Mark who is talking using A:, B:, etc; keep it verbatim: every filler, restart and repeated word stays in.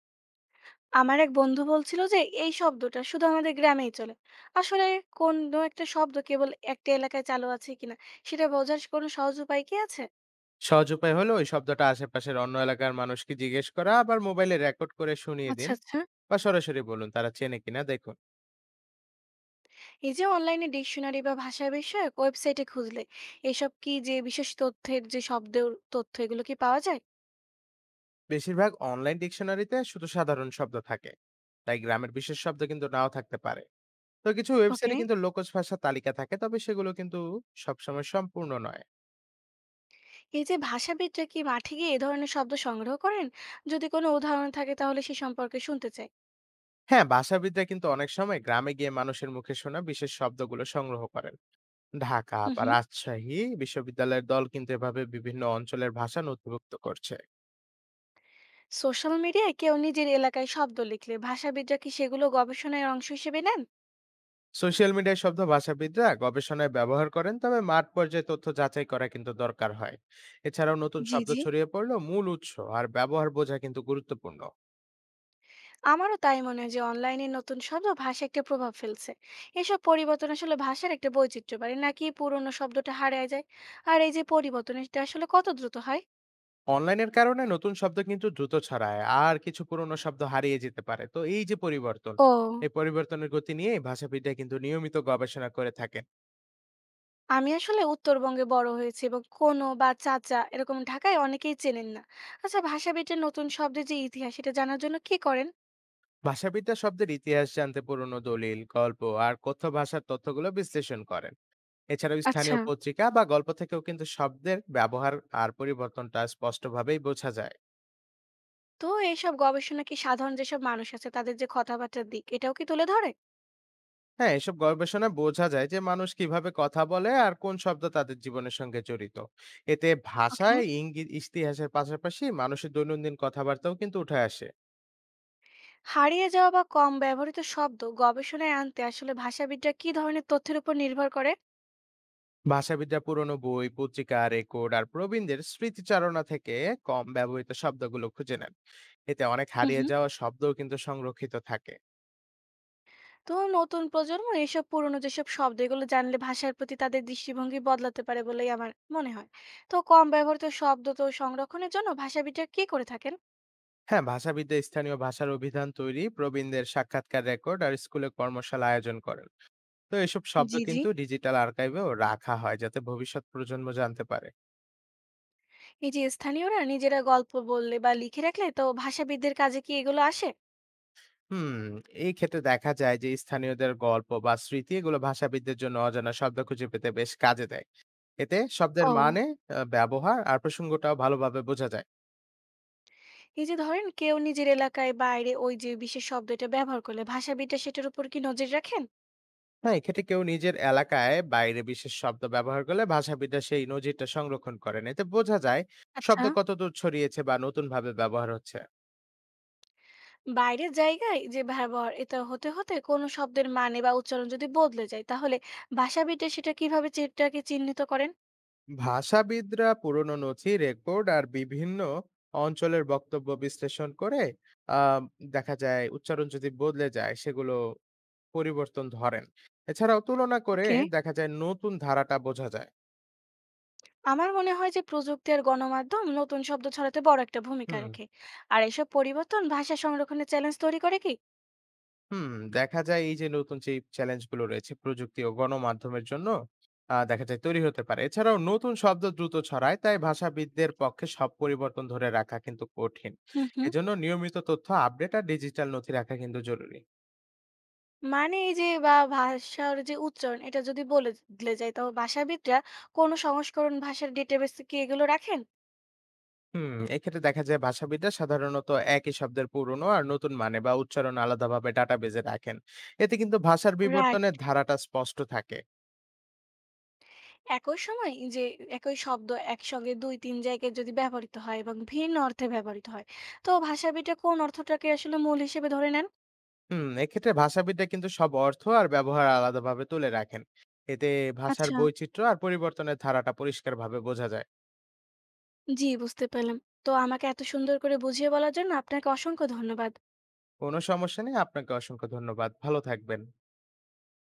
A: আমার এক বন্ধু বলছিল যে এই শব্দটা শুধু আমাদের গ্রামেই চলে আসলে কোন একটা শব্দ কেবল একটা এলাকায় চালু আছে কিনা সেটা বোঝার কোনো সহজ উপায় কি আছে?
B: সহজ উপায় হলো ওই শব্দটা আশেপাশের অন্য এলাকার মানুষকে জিজ্ঞেস করা, আবার মোবাইলে রেকর্ড করে শুনিয়ে
A: আচ্ছা,
B: দিন
A: আচ্ছা।
B: বা সরাসরি বলুন তারা চেনে কিনা দেখুন।
A: এই যে অনলাইনে ডিকশনারি বা ভাষা বিষয়ক ওয়েবসাইটে খুঁজলে এসব কি যে বিশেষ তথ্যের যে শব্দের তথ্য এগুলো কি পাওয়া যায়?
B: বেশিরভাগ অনলাইন ডিকশনারিতে শুধু সাধারণ শব্দ থাকে, তাই গ্রামের বিশেষ শব্দ কিন্তু নাও থাকতে পারে। তো কিছু ওয়েবসাইটে
A: ওকে।
B: কিন্তু লোকজ ভাষা তালিকা থাকে, তবে সেগুলো কিন্তু সবসময় সম্পূর্ণ নয়।
A: এই যে ভাষাবিদরা কি মাঠে গিয়ে এ ধরনের শব্দ সংগ্রহ করেন? যদি কোনো উদাহরণ থাকে তাহলে সে সম্পর্কে শুনতে চাই।
B: হ্যাঁ, ভাষাবিদরা কিন্তু অনেক সময় গ্রামে গিয়ে মানুষের মুখে শোনা বিশেষ শব্দগুলো সংগ্রহ করেন। ঢাকা
A: হুম,
B: বা
A: হুম।
B: রাজশাহী বিশ্ববিদ্যালয়ের দল কিন্তু এভাবে বিভিন্ন অঞ্চলের ভাষা নথিভুক্ত করছে।
A: সোশ্যাল মিডিয়ায় কেউ নিজের এলাকায় শব্দ লিখলে ভাষাবিদরা কি সেগুলো গবেষণার অংশ হিসেবে নেন?
B: সোশ্যাল মিডিয়ায় শব্দ ভাষাবিদরা গবেষণায় ব্যবহার করেন, তবে মাঠ পর্যায়ে তথ্য যাচাই করা কিন্তু দরকার হয়। এছাড়াও নতুন
A: জি,
B: শব্দ
A: জি।
B: ছড়িয়ে পড়লো মূল উৎস আর ব্যবহার বোঝা কিন্তু গুরুত্বপূর্ণ।
A: আমারও তাই মনে হয় যে অনলাইনে নতুন শব্দ ভাষায় একটা প্রভাব ফেলছে। এসব পরিবর্তন আসলে ভাষার একটা বৈচিত্র্য বাড়ে নাকি পুরোনো শব্দটা হারিয়ে যায়? আর এই যে পরিবর্তন এটা আসলে কত দ্রুত হয়?
B: অনলাইনের কারণে নতুন শব্দ কিন্তু দ্রুত ছড়ায় আর কিছু পুরনো শব্দ হারিয়ে যেতে পারে। তো এই যে পরিবর্তন,
A: ও।
B: এই পরিবর্তনের গতি নিয়ে ভাষাবিদরা কিন্তু নিয়মিত গবেষণা করে থাকেন।
A: আমি আসলে উত্তরবঙ্গে বড় হয়েছি এবং কোনো বা চাচা এরকম ঢাকায় অনেকেই চেনেন না। আচ্ছা, ভাষাবিদরা নতুন শব্দের যে ইতিহাস সেটা জানার জন্য কি করেন?
B: ভাষাবিদরা শব্দের ইতিহাস জানতে পুরনো দলিল, গল্প আর কথ্য ভাষার তথ্যগুলো বিশ্লেষণ করেন। এছাড়াও
A: আচ্ছা।
B: স্থানীয় পত্রিকা বা গল্প থেকেও কিন্তু শব্দের ব্যবহার আর পরিবর্তনটা স্পষ্টভাবেই বোঝা যায়।
A: তো এইসব গবেষণা কি সাধারণ যেসব মানুষ আছে তাদের যে কথাবার্তার দিক এটাও কি তুলে ধরে?
B: হ্যাঁ, এসব গবেষণা বোঝা যায় যে মানুষ কিভাবে কথা বলে আর কোন শব্দ তাদের জীবনের সঙ্গে জড়িত। এতে
A: ওকে।
B: ভাষায় ইঙ্গিত ইতিহাসের পাশাপাশি মানুষের দৈনন্দিন কথাবার্তাও কিন্তু উঠে আসে।
A: হারিয়ে যাওয়া বা কম ব্যবহৃত শব্দ গবেষণায় আনতে আসলে ভাষাবিদরা কি ধরনের তথ্যের উপর নির্ভর করে?
B: ভাষাবিদরা পুরনো বই, পত্রিকা, রেকর্ড আর প্রবীণদের স্মৃতিচারণা থেকে কম ব্যবহৃত শব্দগুলো খুঁজে নেন। এতে অনেক
A: হুম,
B: হারিয়ে
A: হুম।
B: যাওয়া শব্দও কিন্তু সংরক্ষিত থাকে।
A: তো নতুন প্রজন্ম এসব পুরনো যেসব শব্দ এগুলো জানলে ভাষার প্রতি তাদের দৃষ্টিভঙ্গি বদলাতে পারে বলেই আমার মনে হয়। তো কম ব্যবহৃত শব্দ তো সংরক্ষণের জন্য ভাষাবিদরা কি করে থাকেন?
B: হ্যাঁ, ভাষাবিদরা স্থানীয় ভাষার অভিধান তৈরি, প্রবীণদের সাক্ষাৎকার রেকর্ড আর স্কুলে কর্মশালা আয়োজন করেন। তো এসব শব্দ
A: জি, জি।
B: কিন্তু ডিজিটাল আর্কাইভেও রাখা হয় যাতে ভবিষ্যৎ প্রজন্ম জানতে পারে।
A: এই যে স্থানীয়রা নিজেরা গল্প বললে বা লিখে রাখলে তো ভাষাবিদদের কাজে কি এগুলো আসে?
B: হুম, এই ক্ষেত্রে দেখা যায় যে স্থানীয়দের গল্প বা স্মৃতি এগুলো ভাষাবিদদের জন্য অজানা শব্দ খুঁজে পেতে বেশ কাজে দেয়। এতে শব্দের
A: ও।
B: মানে, আ ব্যবহার আর প্রসঙ্গটাও ভালোভাবে বোঝা যায়।
A: এই যে ধরেন কেউ নিজের এলাকায় বাইরে ওই যে বিশেষ শব্দটা ব্যবহার করলে ভাষাবিদরা সেটার উপর কি নজর রাখেন?
B: হ্যাঁ, এক্ষেত্রে কেউ নিজের এলাকায় বাইরে বিশেষ শব্দ ব্যবহার করলে ভাষাবিদরা সেই নজিরটা সংরক্ষণ করেন। এতে বোঝা যায় শব্দ
A: আচ্ছা।
B: কতদূর ছড়িয়েছে বা নতুনভাবে ব্যবহার হচ্ছে।
A: বাইরের জায়গায় যে ব্যবহার এটা হতে হতে কোনো শব্দের মানে বা উচ্চারণ যদি বদলে যায় তাহলে ভাষাবিদরা সেটা কিভাবে সেটাকে চিহ্নিত করেন?
B: ভাষাবিদরা পুরনো নথি, রেকর্ড আর বিভিন্ন অঞ্চলের বক্তব্য বিশ্লেষণ করে আহ, দেখা যায় উচ্চারণ যদি বদলে যায় সেগুলো পরিবর্তন ধরেন। এছাড়াও তুলনা করে
A: ওকে।
B: দেখা যায় নতুন ধারাটা বোঝা যায়।
A: আমার মনে হয় যে প্রযুক্তি আর গণমাধ্যম নতুন শব্দ ছড়াতে বড় একটা ভূমিকা
B: হুম,
A: রাখে। আর এসব পরিবর্তন ভাষা সংরক্ষণে চ্যালেঞ্জ তৈরি করে কি?
B: হুম, দেখা যায় এই যে নতুন যে চ্যালেঞ্জগুলো রয়েছে প্রযুক্তি ও গণমাধ্যমের জন্য আহ, দেখা যায় তৈরি হতে পারে। এছাড়াও নতুন শব্দ দ্রুত ছড়ায়, তাই ভাষাবিদদের পক্ষে সব পরিবর্তন ধরে রাখা কিন্তু কঠিন।
A: হুম, হুম।
B: এজন্য নিয়মিত তথ্য আপডেট আর ডিজিটাল নথি রাখা কিন্তু জরুরি।
A: মানে এই যে বা ভাষার যে উচ্চারণ এটা যদি বদলে যায় তবে ভাষাবিদরা কোনো সংস্করণ ভাষার ডেটাবেসে কি এগুলো রাখেন?
B: হুম, এক্ষেত্রে দেখা যায় ভাষাবিদরা সাধারণত একই শব্দের পুরনো আর নতুন মানে বা উচ্চারণ আলাদাভাবে ডাটাবেজে রাখেন। এতে কিন্তু ভাষার বিবর্তনের ধারাটা স্পষ্ট থাকে।
A: একই সময় যে একই শব্দ একসঙ্গে দুই তিন জায়গায় যদি ব্যবহৃত হয় এবং ভিন্ন অর্থে ব্যবহৃত হয় তো ভাষাবিদরা কোন অর্থটাকে আসলে মূল হিসেবে ধরে নেন?
B: হুম, এক্ষেত্রে ভাষাবিদরা কিন্তু সব অর্থ আর ব্যবহার আলাদাভাবে তুলে রাখেন। এতে ভাষার
A: আচ্ছা,
B: বৈচিত্র্য আর পরিবর্তনের ধারাটা পরিষ্কারভাবে বোঝা যায়।
A: জি বুঝতে পেলাম। তো আমাকে এত সুন্দর করে বুঝিয়ে বলার জন্য আপনাকে অসংখ্য ধন্যবাদ।
B: কোনো সমস্যা নেই, আপনাকে অসংখ্য ধন্যবাদ, ভালো থাকবেন।